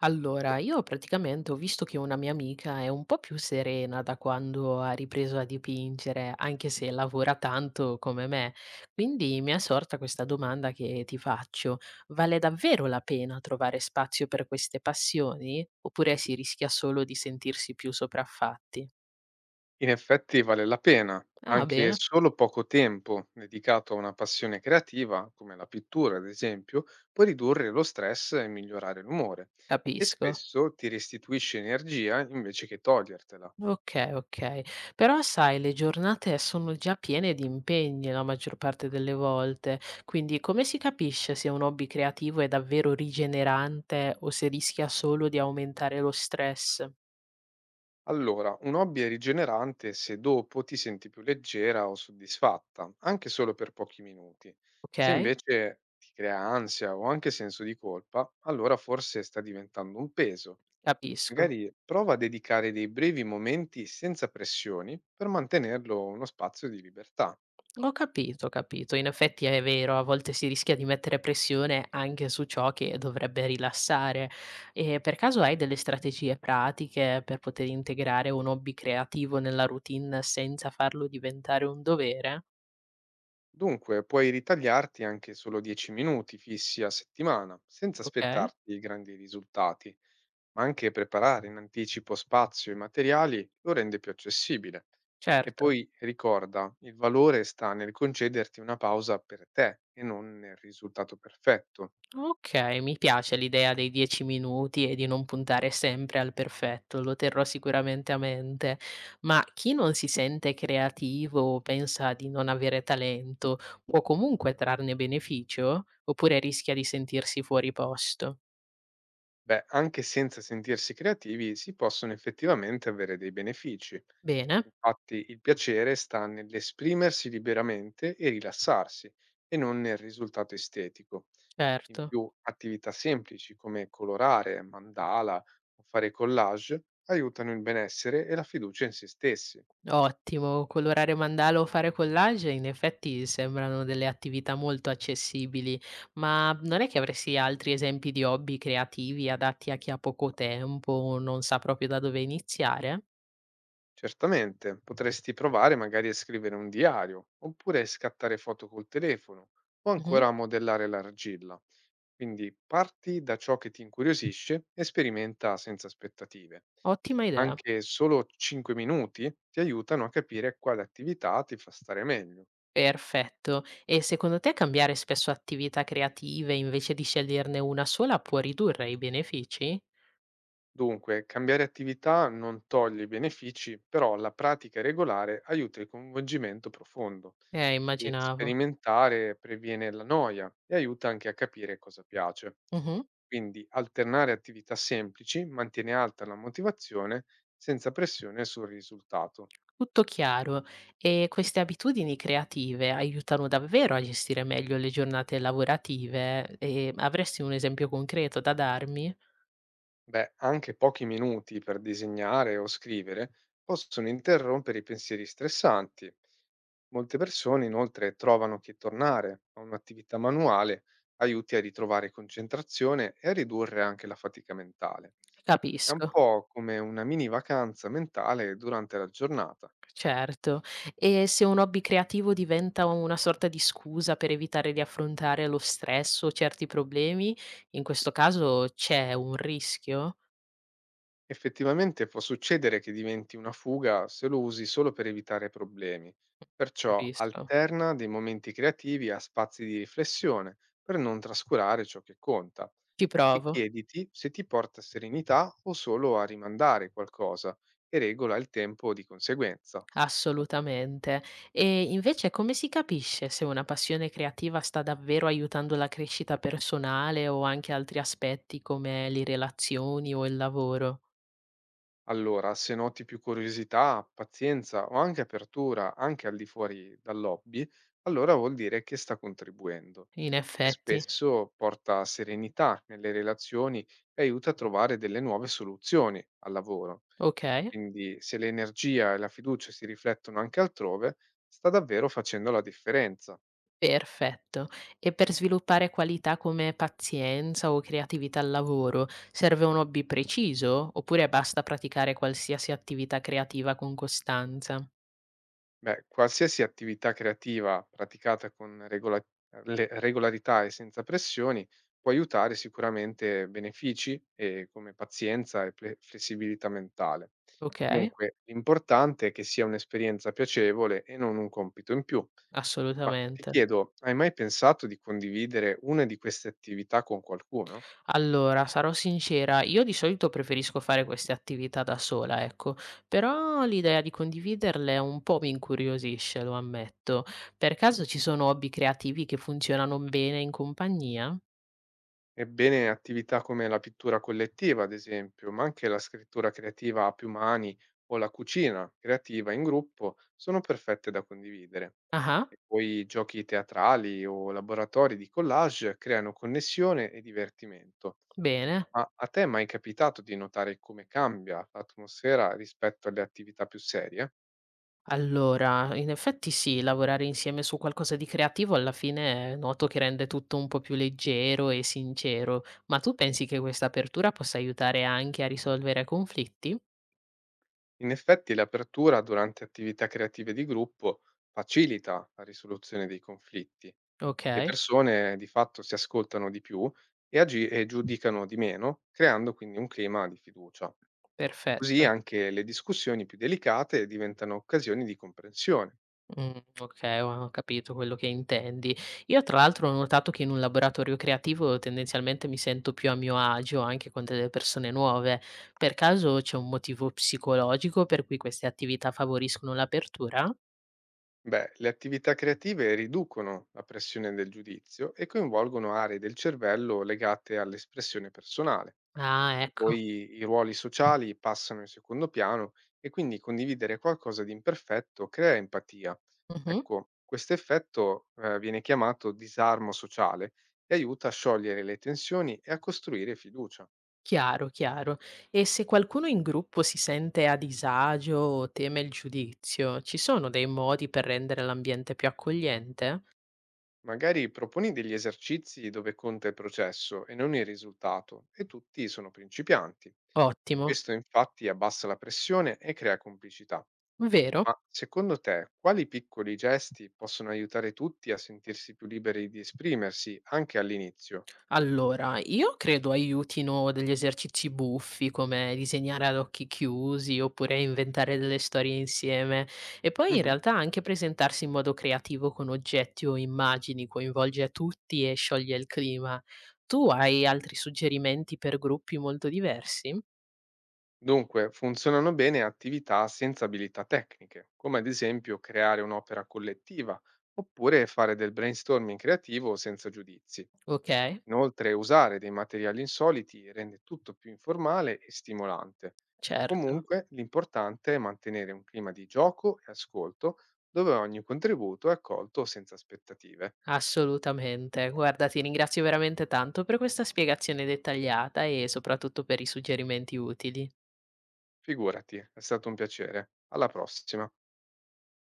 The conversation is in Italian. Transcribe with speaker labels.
Speaker 1: Allora, io praticamente ho visto che una mia amica è un po' più serena da quando ha ripreso a dipingere, anche se lavora tanto come me. Quindi mi è sorta questa domanda che ti faccio: vale davvero la pena trovare spazio per queste passioni? Oppure si rischia solo di sentirsi più sopraffatti?
Speaker 2: In effetti vale la pena,
Speaker 1: Ah,
Speaker 2: anche
Speaker 1: bene,
Speaker 2: solo poco tempo dedicato a una passione creativa, come la pittura ad esempio, può ridurre lo stress e migliorare l'umore e
Speaker 1: capisco.
Speaker 2: spesso ti restituisce energia invece che togliertela.
Speaker 1: Okay, okay. Però sai le giornate sono già piene di impegni la maggior parte delle volte, quindi come si capisce se un hobby creativo è davvero rigenerante o se rischia solo di aumentare lo stress?
Speaker 2: Allora, un hobby è rigenerante se dopo ti senti più leggera o soddisfatta, anche solo per pochi minuti. Se
Speaker 1: Okay,
Speaker 2: invece ti crea ansia o anche senso di colpa, allora forse sta diventando un peso.
Speaker 1: capisco.
Speaker 2: Magari prova a dedicare dei brevi momenti senza pressioni per mantenerlo uno spazio di libertà.
Speaker 1: Ho capito, ho capito. In effetti è vero, a volte si rischia di mettere pressione anche su ciò che dovrebbe rilassare. E per caso hai delle strategie pratiche per poter integrare un hobby creativo nella routine senza farlo diventare un dovere?
Speaker 2: Dunque, puoi ritagliarti anche solo 10 minuti fissi a settimana, senza
Speaker 1: Okay,
Speaker 2: aspettarti grandi risultati, ma anche preparare in anticipo spazio e materiali lo rende più accessibile. E
Speaker 1: certo.
Speaker 2: poi ricorda, il valore sta nel concederti una pausa per te e non nel risultato perfetto.
Speaker 1: Okay, mi piace l'idea dei 10 minuti e di non puntare sempre al perfetto, lo terrò sicuramente a mente. Ma chi non si sente creativo o pensa di non avere talento, può comunque trarne beneficio? Oppure rischia di sentirsi fuori posto?
Speaker 2: Beh, anche senza sentirsi creativi si possono effettivamente avere dei benefici.
Speaker 1: Bene,
Speaker 2: Infatti, il piacere sta nell'esprimersi liberamente e rilassarsi, e non nel risultato estetico. In
Speaker 1: certo.
Speaker 2: più, attività semplici come colorare, mandala o fare collage aiutano il benessere e la fiducia in se stessi.
Speaker 1: Ottimo, colorare mandala o fare collage in effetti sembrano delle attività molto accessibili, ma non è che avresti altri esempi di hobby creativi adatti a chi ha poco tempo o non sa proprio da dove iniziare?
Speaker 2: Certamente, potresti provare magari a scrivere un diario, oppure scattare foto col telefono, o
Speaker 1: Mh-mh.
Speaker 2: ancora a modellare l'argilla. Quindi parti da ciò che ti incuriosisce e sperimenta senza aspettative.
Speaker 1: Ottima idea.
Speaker 2: Anche solo 5 minuti ti aiutano a capire quale attività ti fa stare meglio.
Speaker 1: Perfetto. E secondo te cambiare spesso attività creative invece di sceglierne una sola può ridurre i benefici?
Speaker 2: Dunque, cambiare attività non toglie i benefici, però la pratica regolare aiuta il coinvolgimento profondo e
Speaker 1: Immaginavo.
Speaker 2: sperimentare previene la noia e aiuta anche a capire cosa piace.
Speaker 1: Mh-mh.
Speaker 2: Quindi alternare attività semplici mantiene alta la motivazione senza pressione sul risultato.
Speaker 1: Tutto chiaro. E queste abitudini creative aiutano davvero a gestire meglio le giornate lavorative? E avresti un esempio concreto da darmi?
Speaker 2: Beh, anche pochi minuti per disegnare o scrivere possono interrompere i pensieri stressanti. Molte persone inoltre trovano che tornare a un'attività manuale aiuti a ritrovare concentrazione e a ridurre anche la fatica mentale. È un
Speaker 1: Capisco,
Speaker 2: po' come una mini vacanza mentale durante la giornata.
Speaker 1: certo. E se un hobby creativo diventa una sorta di scusa per evitare di affrontare lo stress o certi problemi, in questo caso c'è un rischio?
Speaker 2: Effettivamente può succedere che diventi una fuga se lo usi solo per evitare problemi, perciò
Speaker 1: Capisco.
Speaker 2: alterna dei momenti creativi a spazi di riflessione per non trascurare ciò che conta
Speaker 1: Ci
Speaker 2: e
Speaker 1: provo.
Speaker 2: chiediti se ti porta serenità o solo a rimandare qualcosa e regola il tempo di conseguenza.
Speaker 1: Assolutamente. E invece come si capisce se una passione creativa sta davvero aiutando la crescita personale o anche altri aspetti come le relazioni o il lavoro?
Speaker 2: Allora, se noti più curiosità, pazienza o anche apertura anche al di fuori dal hobby, allora vuol dire che sta contribuendo
Speaker 1: In
Speaker 2: e
Speaker 1: effetti.
Speaker 2: spesso porta serenità nelle relazioni e aiuta a trovare delle nuove soluzioni al lavoro.
Speaker 1: Ok,
Speaker 2: Quindi se l'energia e la fiducia si riflettono anche altrove, sta davvero facendo la differenza.
Speaker 1: perfetto. E per sviluppare qualità come pazienza o creatività al lavoro, serve un hobby preciso oppure basta praticare qualsiasi attività creativa con costanza?
Speaker 2: Beh, qualsiasi attività creativa praticata con regolarità e senza pressioni può aiutare sicuramente benefici come pazienza e flessibilità mentale.
Speaker 1: Ok,
Speaker 2: Comunque, l'importante è che sia un'esperienza piacevole e non un compito in più. Ma ti
Speaker 1: assolutamente.
Speaker 2: chiedo, hai mai pensato di condividere una di queste attività con qualcuno?
Speaker 1: Allora, sarò sincera, io di solito preferisco fare queste attività da sola, ecco, però l'idea di condividerle un po' mi incuriosisce, lo ammetto. Per caso ci sono hobby creativi che funzionano bene in compagnia?
Speaker 2: Ebbene, attività come la pittura collettiva, ad esempio, ma anche la scrittura creativa a più mani o la cucina creativa in gruppo sono perfette da condividere.
Speaker 1: Ah,
Speaker 2: E poi giochi teatrali o laboratori di collage creano connessione e divertimento.
Speaker 1: bene.
Speaker 2: Ma a te è mai capitato di notare come cambia l'atmosfera rispetto alle attività più serie?
Speaker 1: Allora, in effetti sì, lavorare insieme su qualcosa di creativo alla fine noto che rende tutto un po' più leggero e sincero, ma tu pensi che questa apertura possa aiutare anche a risolvere conflitti?
Speaker 2: In effetti l'apertura durante attività creative di gruppo facilita la risoluzione dei conflitti.
Speaker 1: Ok,
Speaker 2: Le persone di fatto si ascoltano di più e, e giudicano di meno, creando quindi un clima di fiducia. Così
Speaker 1: perfetto.
Speaker 2: anche le discussioni più delicate diventano occasioni di comprensione.
Speaker 1: Okay, ho capito quello che intendi. Io tra l'altro ho notato che in un laboratorio creativo tendenzialmente mi sento più a mio agio anche con delle persone nuove. Per caso c'è un motivo psicologico per cui queste attività favoriscono l'apertura?
Speaker 2: Beh, le attività creative riducono la pressione del giudizio e coinvolgono aree del cervello legate all'espressione personale.
Speaker 1: Ah,
Speaker 2: E
Speaker 1: ecco.
Speaker 2: poi i ruoli sociali passano in secondo piano e quindi condividere qualcosa di imperfetto crea empatia.
Speaker 1: Mh-mh.
Speaker 2: Ecco, questo effetto viene chiamato disarmo sociale e aiuta a sciogliere le tensioni e a costruire fiducia.
Speaker 1: Chiaro, chiaro. E se qualcuno in gruppo si sente a disagio o teme il giudizio, ci sono dei modi per rendere l'ambiente più accogliente?
Speaker 2: Magari proponi degli esercizi dove conta il processo e non il risultato e tutti sono principianti.
Speaker 1: Ottimo,
Speaker 2: Questo infatti abbassa la pressione e crea complicità.
Speaker 1: vero?
Speaker 2: Ma secondo te quali piccoli gesti possono aiutare tutti a sentirsi più liberi di esprimersi anche all'inizio?
Speaker 1: Allora, io credo aiutino degli esercizi buffi come disegnare ad occhi chiusi oppure inventare delle storie insieme e poi in realtà anche presentarsi in modo creativo con oggetti o immagini coinvolge tutti e scioglie il clima. Tu hai altri suggerimenti per gruppi molto diversi?
Speaker 2: Dunque, funzionano bene attività senza abilità tecniche, come ad esempio creare un'opera collettiva oppure fare del brainstorming creativo senza giudizi.
Speaker 1: Ok,
Speaker 2: Inoltre, usare dei materiali insoliti rende tutto più informale e stimolante.
Speaker 1: certo.
Speaker 2: Comunque, l'importante è mantenere un clima di gioco e ascolto dove ogni contributo è accolto senza aspettative.
Speaker 1: Assolutamente. Guarda, ti ringrazio veramente tanto per questa spiegazione dettagliata e soprattutto per i suggerimenti utili.
Speaker 2: Figurati, è stato un piacere. Alla prossima.